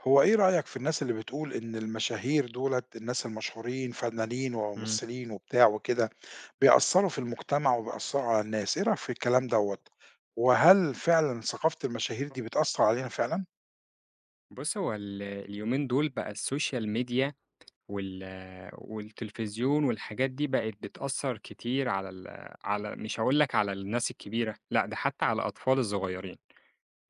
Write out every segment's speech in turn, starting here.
هو إيه رأيك في الناس اللي بتقول إن المشاهير دُولة، الناس المشهورين فنانين إمم. وممثلين وبتاع وكده، بيأثّروا في المجتمع وبيأثّروا على الناس، إيه رأيك في الكلام دوّة؟ وهل فعلًا ثقافة المشاهير دي بتأثّر علينا فعلًا؟ بُص، هو اليومين دول بقى السوشيال ميديا وال والتلفزيون والحاجات دي بقت بتأثّر كتير على مش هاقول لك على الناس الكبيرة، لأ ده حتّى على الأطفال الصغيّرين،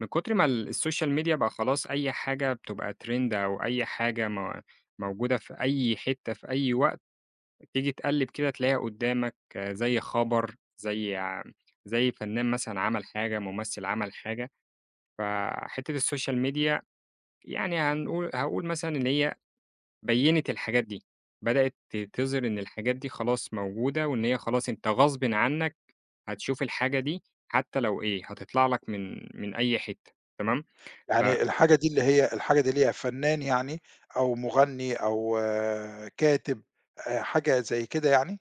من كتر ما السوشيال ميديا بقى خلاص أي حاجة بتبقى ترند أو أي حاجة موجودة في أي حتّة في أي وقت، تيجي تقلّب كده تلاقيها قدّامك آه، زي خبر، زي فنان مثلًا عمل حاجة، ممثل عمل حاجة، فحتّة السوشيال ميديا يعني هاقول مثلًا إن هي بيّنِت الحاجات دي، بدأت تظهر إن الحاجات دي خلاص موجودة، وإن هي خلاص أنت غصبٍ عنك هتشوف الحاجة دي، حتى لو إيه، هتطلع لك من أي حتّة، تمام؟ ف يعني الحاجة دي اللي هي فنان يعني أو مغني أو كاتب حاجة زي كده يعني؟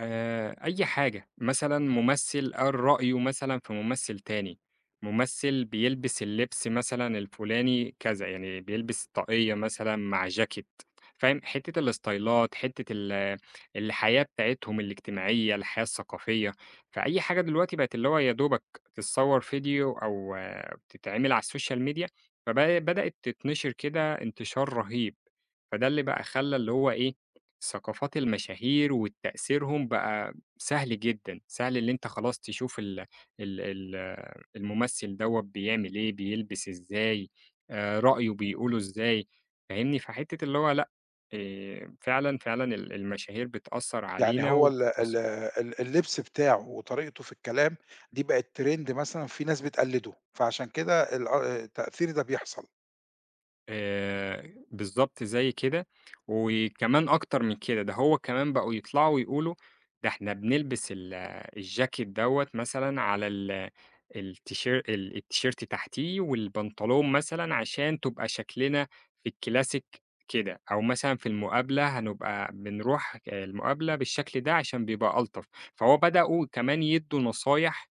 أي حاجة، مثلًا ممثل قال رأيه مثلًا في ممثل تاني، ممثل بيلبس اللبس مثلًا الفلاني كذا، يعني بيلبس طاقية مثلًا مع جاكيت، فاهم؟ حتة الاستايلات، حتة الحياة بتاعتهم الاجتماعية، الحياة الثقافية، فأي حاجة دلوقتي بقت اللي هو يا دوبك تتصور فيديو أو تتعمل على السوشيال ميديا، فب بدأت تتنشر كده انتشار رهيب، فده اللي بقى خلّى اللي هو إيه، ثقافات المشاهير وتأثيرهم بقى سهل جدًا، سهل اللي أنت خلاص تشوف ال ال ال الممثل دوّة بيعمل إيه، بيلبس إزاي، رأيه بيقوله إزاي، فاهمني؟ فحتة اللي هو لأ، فعلًا، فعلًا المشاهير بتأثّر يعني علينا هو ال ال وبتأثّر. ال اللبس بتاعه وطريقته في الكلام دي بقت trend مثلًا في ناس بتقلّده، فعشان كده التأثير ده بيحصل. بالضبط زي كده، وكمان أكتر من كده، ده هو كمان بقوا يطلعوا يقولوا ده إحنا بنلبس الجاكيت دوّة مثلًا على ال التيشير ال التيشيرت تحتيه والبنطلون مثلًا عشان تبقى شكلنا في الكلاسيك كده، أو مثلًا في المقابلة هنبقى بنروح المقابلة بالشكل ده عشان بيبقى ألطف، فهو بدأوا كمان يدّوا نصايح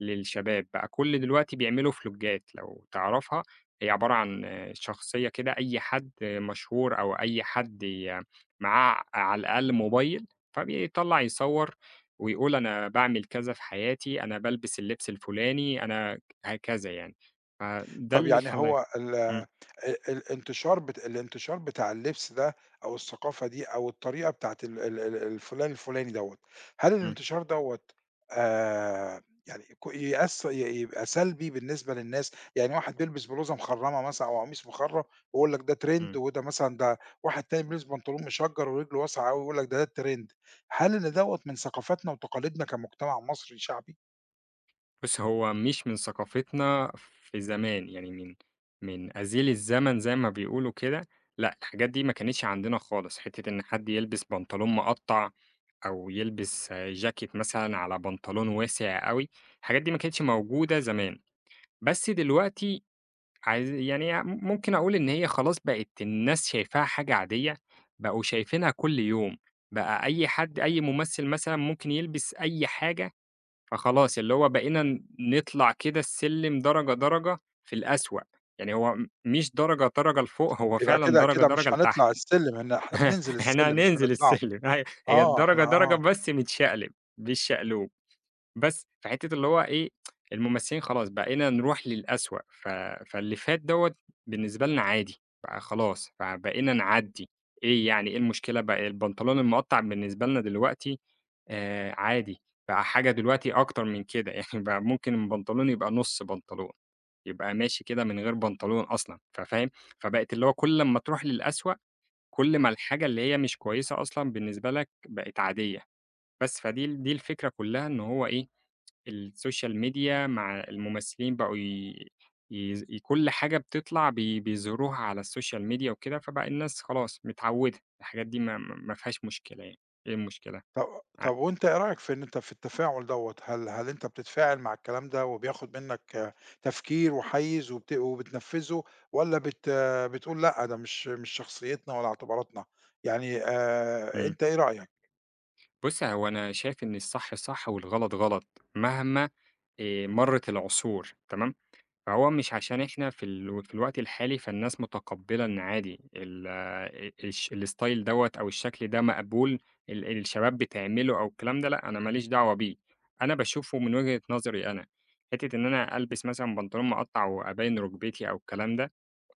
للشباب بقى كل دلوقتي بيعملوا فلوجات لو تعرفها، هي عبارة عن شخصية كده أي حد مشهور أو أي حد معاه على الأقل موبايل، فبيطلّع يصوّر ويقول أنا باعمل كذا في حياتي، أنا بالبس اللبس الفلاني، أنا هكذا يعني، فده طب اللي يعني خلّاه. هو ال إمم. الانتشار بتاع اللبس ده أو الثقافة دي أو الطريقة بتاعة ال ال ال الفلان الفلاني دوّة، هل إمم. الانتشار دوّة آآ يعني ك يأث ي يبقى سلبي بالنسبة للناس؟ يعني واحد بيلبس بلوزة مخرّمة مثلًا أو قميص مخرّم ويقول لك ده ترند إمم. وده مثلًا ده واحد تاني بيلبس بنطلون مشجّر ورجله واسعة أوي ويقول لك ده الترند، هل إن دوّة من ثقافتنا وتقاليدنا كمجتمع مصري شعبي؟ بُص، هو مش من ثقافتنا في زمان، يعني من أزيل الزمن زي ما بيقولوا كده، لأ، الحاجات دي ما كانتش عندنا خالص، حتّة إن حد يلبس بنطلون مقطّع أو يلبس آه، جاكيت مثلًا على بنطلون واسع أوي، الحاجات دي ما كانتش موجودة زمان، بس دلوقتي عايز يعني ممكن أقول إن هي خلاص بقت الناس شايفاها حاجة عادية، بقوا شايفينها كل يوم، بقى أي حد أي ممثل مثلًا ممكن يلبس أي حاجة فخلاص اللي هو بقينا نطلع كده السلِّم درجة، درجة في الأسوأ، يعني هو مش درجة، درجة لفوق، هو يبقى فعلًا كده درجة، كده مش درجة لتحت. هنطلع السلم، إن إحنا بننزل إحنا السلم مش هننزل بنطلعه. السلِّم أيوه، هي آه، إحنا الدرجة، درجة آه. بس متشقلب، بالشقلوب. بس في حتّة اللي هو إيه، الممثلين خلاص بقينا نروح للأسوأ، فاللي فات دوّة بالنسبة لنا عادي، بقى خلاص فبقينا نعدّي، إيه يعني إيه المشكلة بقى البنطلون المقطّع بالنسبة لنا دلوقتي عادي، بقى حاجة دلوقتي أكتر من كده، يعني بقى ممكن البنطلون يبقى نُص بنطلون، يبقى ماشي كده من غير بنطلون أصلًا، ففاهم؟ فبقت اللي هو كل أمّا تروح للأسوأ، كل ما الحاجة اللي هي مش كويسة أصلًا بالنسبة لك بقت عادية، بس فدي ال دي الفكرة كلّها إن هو إيه، السوشيال ميديا مع الممثلين بقوا ي يز ي كل حاجة بتطلع بيظهروها على السوشيال ميديا وكده، فبقى الناس خلاص متعوّدة، الحاجات دي ما فيهاش مشكلة يعني، إيه المشكلة؟ طب ع طب وأنت إيه رأيك في إن أنت في التفاعل دوّة، هل أنت بتتفاعل مع الكلام ده وبياخد منّك تفكير وحيّز وبتنفّذه والّا بت آه، بتقول لأ، ده مش شخصيتنا ولا اعتباراتنا؟ يعني إمم. أنت إيه رأيك؟ بُصّي، هو أنا شايف إن الصح صح والغلط غلط مهما مرّت العصور، تمام؟ فهو مش عشان إحنا في في الوقت الحالي، فالناس متقبّلة إن عادي ال الش الstyle دوّة أو الشكل ده مقبول، الشباب بتعمله أو الكلام ده، لأ أنا ما ليش دعوة بيه، أنا باشوفه من وجهة نظري أنا، حتّة إن أنا ألبس مثلًا بنطلون مقطّع وأبيّن ركبتي أو الكلام ده،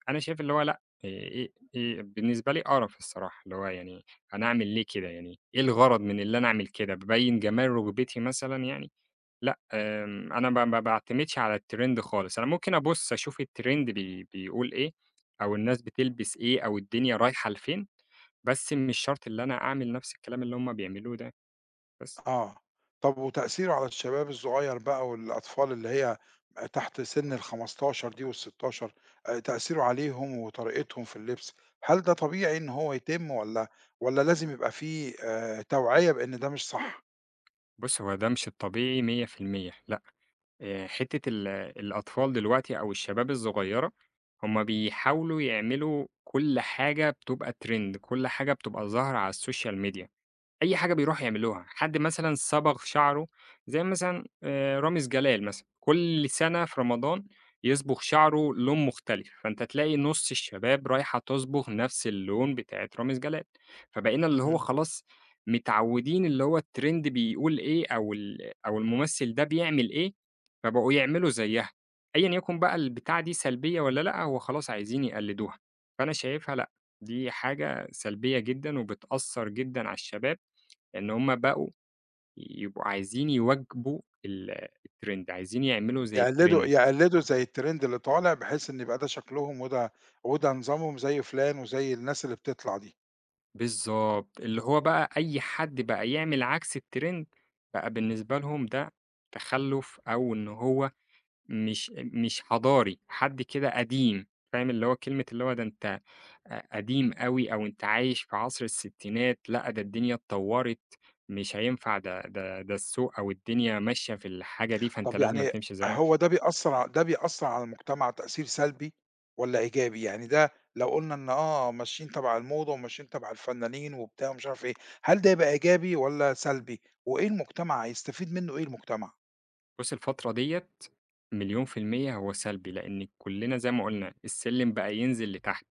أنا شايف اللي هو لأ، إيه بالنسبة لي قرف الصراحة، اللي هو يعني أنا أعمل ليه كده يعني، إيه الغرض من اللي أنا أعمل كده، بابيّن جمال ركبتي مثلًا يعني؟ لأ، أنا ما باعتمدش على الtrend خالص، أنا ممكن أبُص أشوف الtrend بيقول إيه، أو الناس بتلبس إيه، أو الدنيا رايحة لفين، بس مش شرط اللي أنا أعمل نفس الكلام اللي هُم بيعملوه ده بس. آه، طب وتأثيره على الشباب الصغيّر بقى والأطفال اللي هي تحت سن ال15 دي وال16 تأثيره عليهم وطريقتهم في اللبس، هل ده طبيعي إن هو يتم والّا لازم يبقى في توعية بإن ده مش صح؟ بُص، هو ده مش الطبيعي 100% لأ، حتّة الأطفال دلوقتي أو الشباب الصغيرة، هُم بيحاولوا يعملوا كل حاجة بتبقى trend، كل حاجة بتبقى ظاهرة على السوشيال ميديا. أي حاجة بيروح يعملوها، حد مثلًا صبغ شعره زي مثلًا رامز جلال مثلًا، كل سنة في رمضان يصبغ شعره لون مختلف، فأنت تلاقي نُص الشباب رايحة تصبغ نفس اللون بتاعة رامز جلال، فبقينا اللي هو إمم. خلاص متعودين اللي هو الtrend بيقول إيه أو الممثل ده بيعمل إيه، فبقوا يعملوا زيها، أيًا يكن بقى البتاعة دي سلبية والّا لأ، هو خلاص عايزين يقلدوها، فأنا شايفها لأ، دي حاجة سلبية جدًا وبتأثّر جدًا على الشباب. لإن هم بقوا يبقوا عايزين يواكبوا الtrend عايزين يعملوا زي يقلدوا الtrend. يقلدوا زي الtrend اللي طالع بحيث إن يبقى ده شكلهم وده نظامهم زي فلان وزي الناس اللي بتطلع دي. بالضبط، اللي هو بقى أي حد بقى يعمل عكس الtrend بقى بالنسبة لهم ده تخلُّف أو إن هو مش حضاري، حد كده قديم، فاهم اللي هو كلمة اللي هو ده أنت قديم أوي أو أنت عايش في عصر الستينات، لأ ده الدنيا اتطوّرت مش هينفع ده السوق أو الدنيا ماشية في الحاجة دي، فأنت طب لازمًا يعني تمشي زيها. هو ده بيأثّر على المجتمع تأثير سلبي والّا إيجابي؟ يعني ده لو قُلنا إن ماشيين تبع الموضة وماشيين تبع الفنانين وبتاع ومش عارف إيه، هل ده يبقى إيجابي والّا سلبي؟ وإيه المجتمع هيستفيد منّه إيه المجتمع؟ بُص الفترة ديّة مليون في المِيّة هو سلبي، لإن كُلّنا زي ما قُلنا السلِّم بقى ينزل لتحت،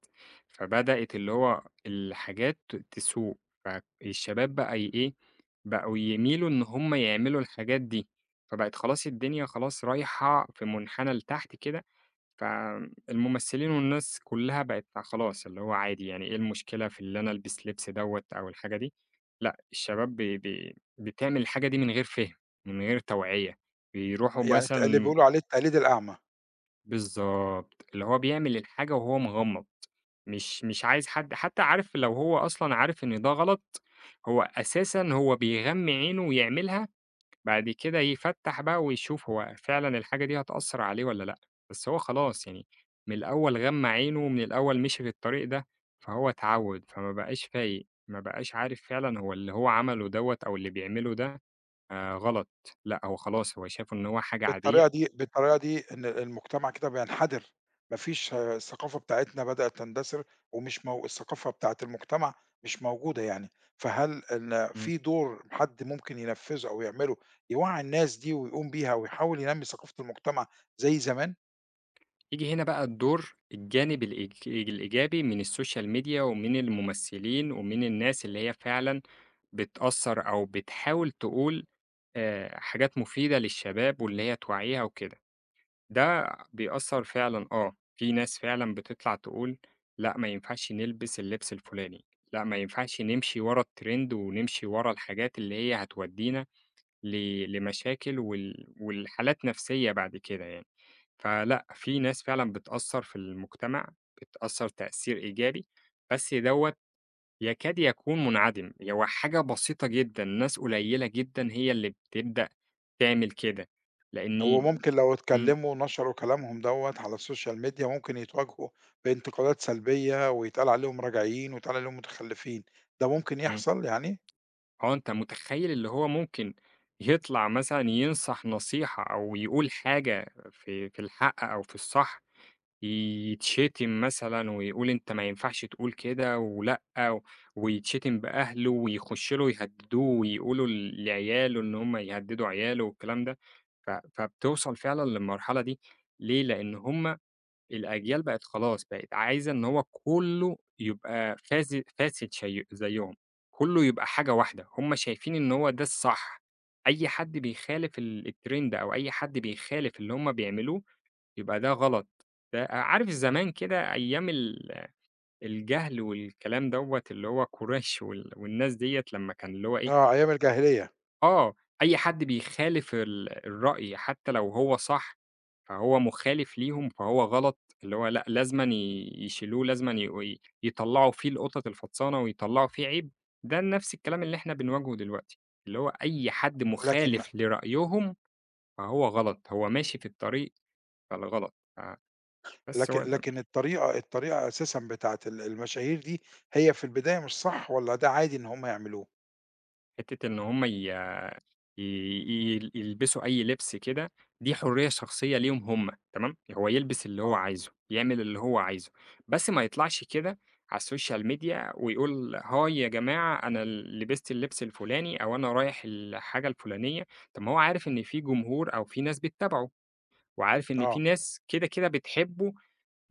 فبدأت اللي هو الحاجات تسوء، فالشباب بقى إيه، بقوا يميلوا إن هم يعملوا الحاجات دي، فبقت خلاص الدنيا خلاص رايحة في مُنحنى لتحت كده فالممثلين والناس كلّها بقت خلاص اللي هو عادي يعني إيه المشكلة في اللي أنا ألبس لبس دوّة أو الحاجة دي، لأ الشباب ب ب بتعمل الحاجة دي من غير فِهم، من غير توعية، بيروحوا يعني اللي مثلًا. بيقولوا عليه التقليد الأعمى. بالضبط، اللي هو بيعمل الحاجة وهو مغمّض، مش عايز حد حتى عارف لو هو أصلًا عارف إن ده غلط، هو أساسًا هو بيغمّي عينه ويعملها بعد كده يفتّح بقى ويشوف هو فعلًا الحاجة دي هتأثّر عليه والّا لأ، بس هو خلاص يعني من الأول غمّى عينه ومن الأول مشي في الطريق ده، فهو اتعوّد، فما بقاش فايق، ما بقاش عارف فعلًا هو اللي هو عمله دوّة أو اللي بيعمله ده غلط، لأ هو خلاص هو شافه إن هو حاجة عادية. بالطريقة دي إن المجتمع كده بينحدر، ما فيش الثقافة بتاعتنا بدأت تندثر ومش مو الثقافة بتاعة المجتمع مش موجودة يعني، فهل إن في دور حد ممكن ينفذه أو يعمله يوعّي الناس دي ويقوم بيها ويحاول ينمي ثقافة المجتمع زي زمان؟ ييجي هنا بقى الدور الجانب الإيجابي من السوشيال ميديا ومن الممثلين ومن الناس اللي هي فعلًا بتأثّر أو بتحاول تقول حاجات مفيدة للشباب واللي هي توعّيها وكده، ده بيأثّر فعلًا آه، في ناس فعلًا بتطلع تقول لأ ما ينفعش نلبس اللبس الفلاني، لأ ما ينفعش نمشي ورا الtrend ونمشي ورا الحاجات اللي هي هتودّينا لمشاكل ولحالات نفسية بعد كده يعني. فلأ، في ناس فعلًا بتأثّر في المجتمع، بتأثّر تأثير إيجابي، بس دوّة يكاد يكون منعدم، هو حاجة بسيطة جدًا، ناس قليّلة جدًا هي اللي بتبدأ تعمل كده، لإني وممكن لو إمم. اتكلموا ونشروا كلامهم دوّة على السوشيال ميديا ممكن يتواجهوا بانتقادات سلبية ويتقال عليهم راجعيين ويتقال عليهم متخلفين، ده ممكن إمم. يحصل يعني؟ آه، أنت متخيّل اللي هو ممكن يطلع مثلًا ينصح نصيحة أو يقول حاجة في في الحق أو في الصح يتشتم مثلًا ويقول أنت ما ينفعش تقول كده ولأ، ويتشتم بأهله ويخش له يهددوه ويقولوا لعياله إن هم يهددوا عياله والكلام ده، فبتوصل فعلًا للمرحلة دي ليه؟ لإن هم الأجيال بقت خلاص بقت عايزة إن هو كُلّه يبقى فاسد شي زيّهم، كُلّه يبقى حاجة واحدة، هم شايفين إن هو ده الصح، أي حد بيخالف الtrend أو أي حد بيخالف اللي هم بيعملوه يبقى ده غلط، ده عارف زمان كده أيام الجهل والكلام دوّة اللي هو قريش والناس ديّة لمّا كان اللي هو إيه، آه أيام الجاهلية، آه، أي حد بيخالف الرأي حتى لو هو صح، فهو مخالف ليهم فهو غلط، اللي هو لأ لازمًا يشيلوه، لازمًا يطلّعوا فيه القطط الفطسانة ويطلّعوا فيه عيب، ده نفس الكلام اللي إحنا بنواجهه دلوقتي، اللي هو أي حد لكن مخالف لرأيهم فهو غلط، هو ماشي في الطريق فالغلط، فبس هو لكن ده. لكن الطريقة أساسًا بتاعة المشاهير دي هي في البداية مش صح والّا ده عادي إن هم يعملوه؟ حتّة إن هم ي ي ي يلبسوا أي لبس كده، دي حرية شخصية ليهم هم، تمام، هو يلبس اللي هو آه، عايزه، يعمل اللي هو عايزه، بس ما يطلعش كده على الSocial media ويقول هاي يا جماعة أنا ال لبست اللبس الفلاني أو أنا رايح الحاجة الفلانية، طب ما هو عارف إن في جمهور أو في ناس بتتابعه، وعارف إن في آه، ناس كده، كده بتحبه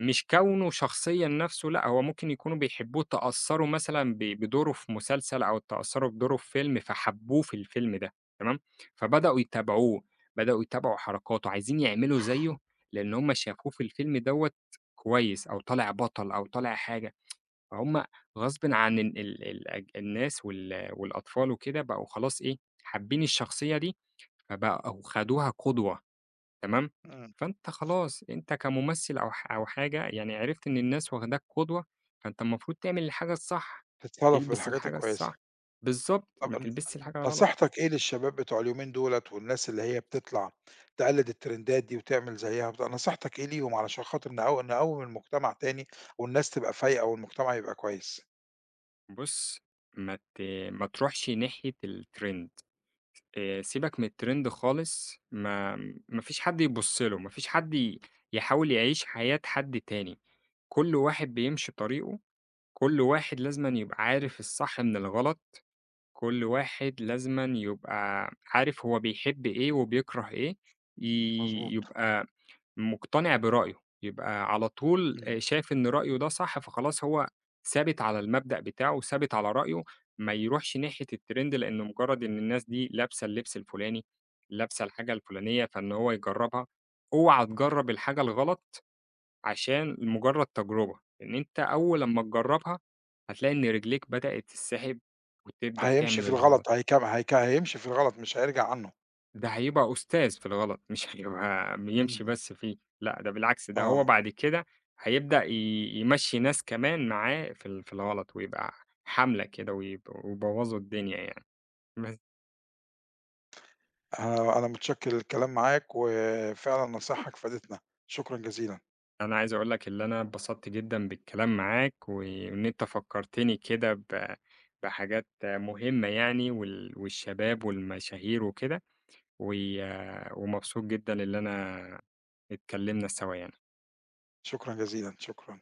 مش كونه شخصيًا نَفْسه لأ، هو ممكن يكونوا بيحبوه، تأثّروا مثلًا بدوره في مسلسل أو اتأثّروا بدوره في فيلم، فحبّوه في الفيلم ده تمام، فبدأوا يتابعوه، بدأوا يتابعوا حركاته، عايزين يعملوا زيه، لإن هم شافوه في الفيلم دوّة كويس أو طالع بطل أو طالع حاجة، فهُم غصبٍ عن ال ال الأج الناس والأطفال وكده بقوا خلاص إيه، حابين الشخصية دي، فبقوا خدوها قدوة. تمام؟ إمم. فأنت خلاص أنت كممثل أو حاجة يعني عرفت إن الناس واخداك قدوة، فأنت المفروض تعمل الحاجة الصح، تتصادف تلبس بالحاجات الحاجة الكويسة. الصح، بالضبط، ما طب تلبسش الحاجة غلط. نصيحتك إيه للشباب بتوع اليومين دُولة والناس اللي هي بتطلع تقلد الترندات دي وتعمل زيها وبتاع، نصيحتك إيه ليهم علشان خاطر نقوّم المجتمع تاني والناس تبقى فايقة والمجتمع يبقى كويس؟ بُص، ما ت ما تروحش ناحية الtrend. سيبك من الtrend خالص، ما فيش حد يبُص له، ما فيش حد يحاول يعيش حياة حد تاني، كل واحد بيمشي طريقه، كل واحد لازمًا يبقى عارف الصح من الغلط. كل واحد لازمًا يبقى عارف هو بيحب إيه وبيكره إيه، ي مضبوط، يبقى مقتنع برأيه، يبقى على طول إمم. شايف إن رأيه ده صح، فخلاص هو ثابت على المبدأ بتاعه وثابت على رأيه، ما يروحش ناحية الtrend لأن مجرد إن الناس دي لابسة اللبس الفلاني، لابسة الحاجة الفلانية، فإن هو يجربها. اوعى تجرب الحاجة الغلط عشان مجرد تجربة، لأن أنت أول لمّا تجربها هتلاقي إن رجليك بدأت تسحب وتبدأ تعمل الغلط. هيمشي في الغلط مش هيرجع عنه. ده هيبقى أستاذ في الغلط، مش هيبقى بيمشي إمم. بس فيه، لأ ده بالعكس ده هو آه. بعد كده هيبدأ يمشّي ناس كمان معاه في في الغلط، ويبقى حملة كده ويبوظوا الدنيا يعني. بس أنا متشكر للكلام معاك، وفعلًا نصايحك فادتنا، شكرًا جزيلًا، أنا عايز أقول لك اللي أنا اتبسطت جدًا بالكلام معاك، وإن أنت فكّرتني كده بحاجات مهمة يعني والشباب والمشاهير وكده، و ومبسوط جدًا اللي أنا اتكلمنا سوا يعني. شكرًا جزيلًا، شكرًا.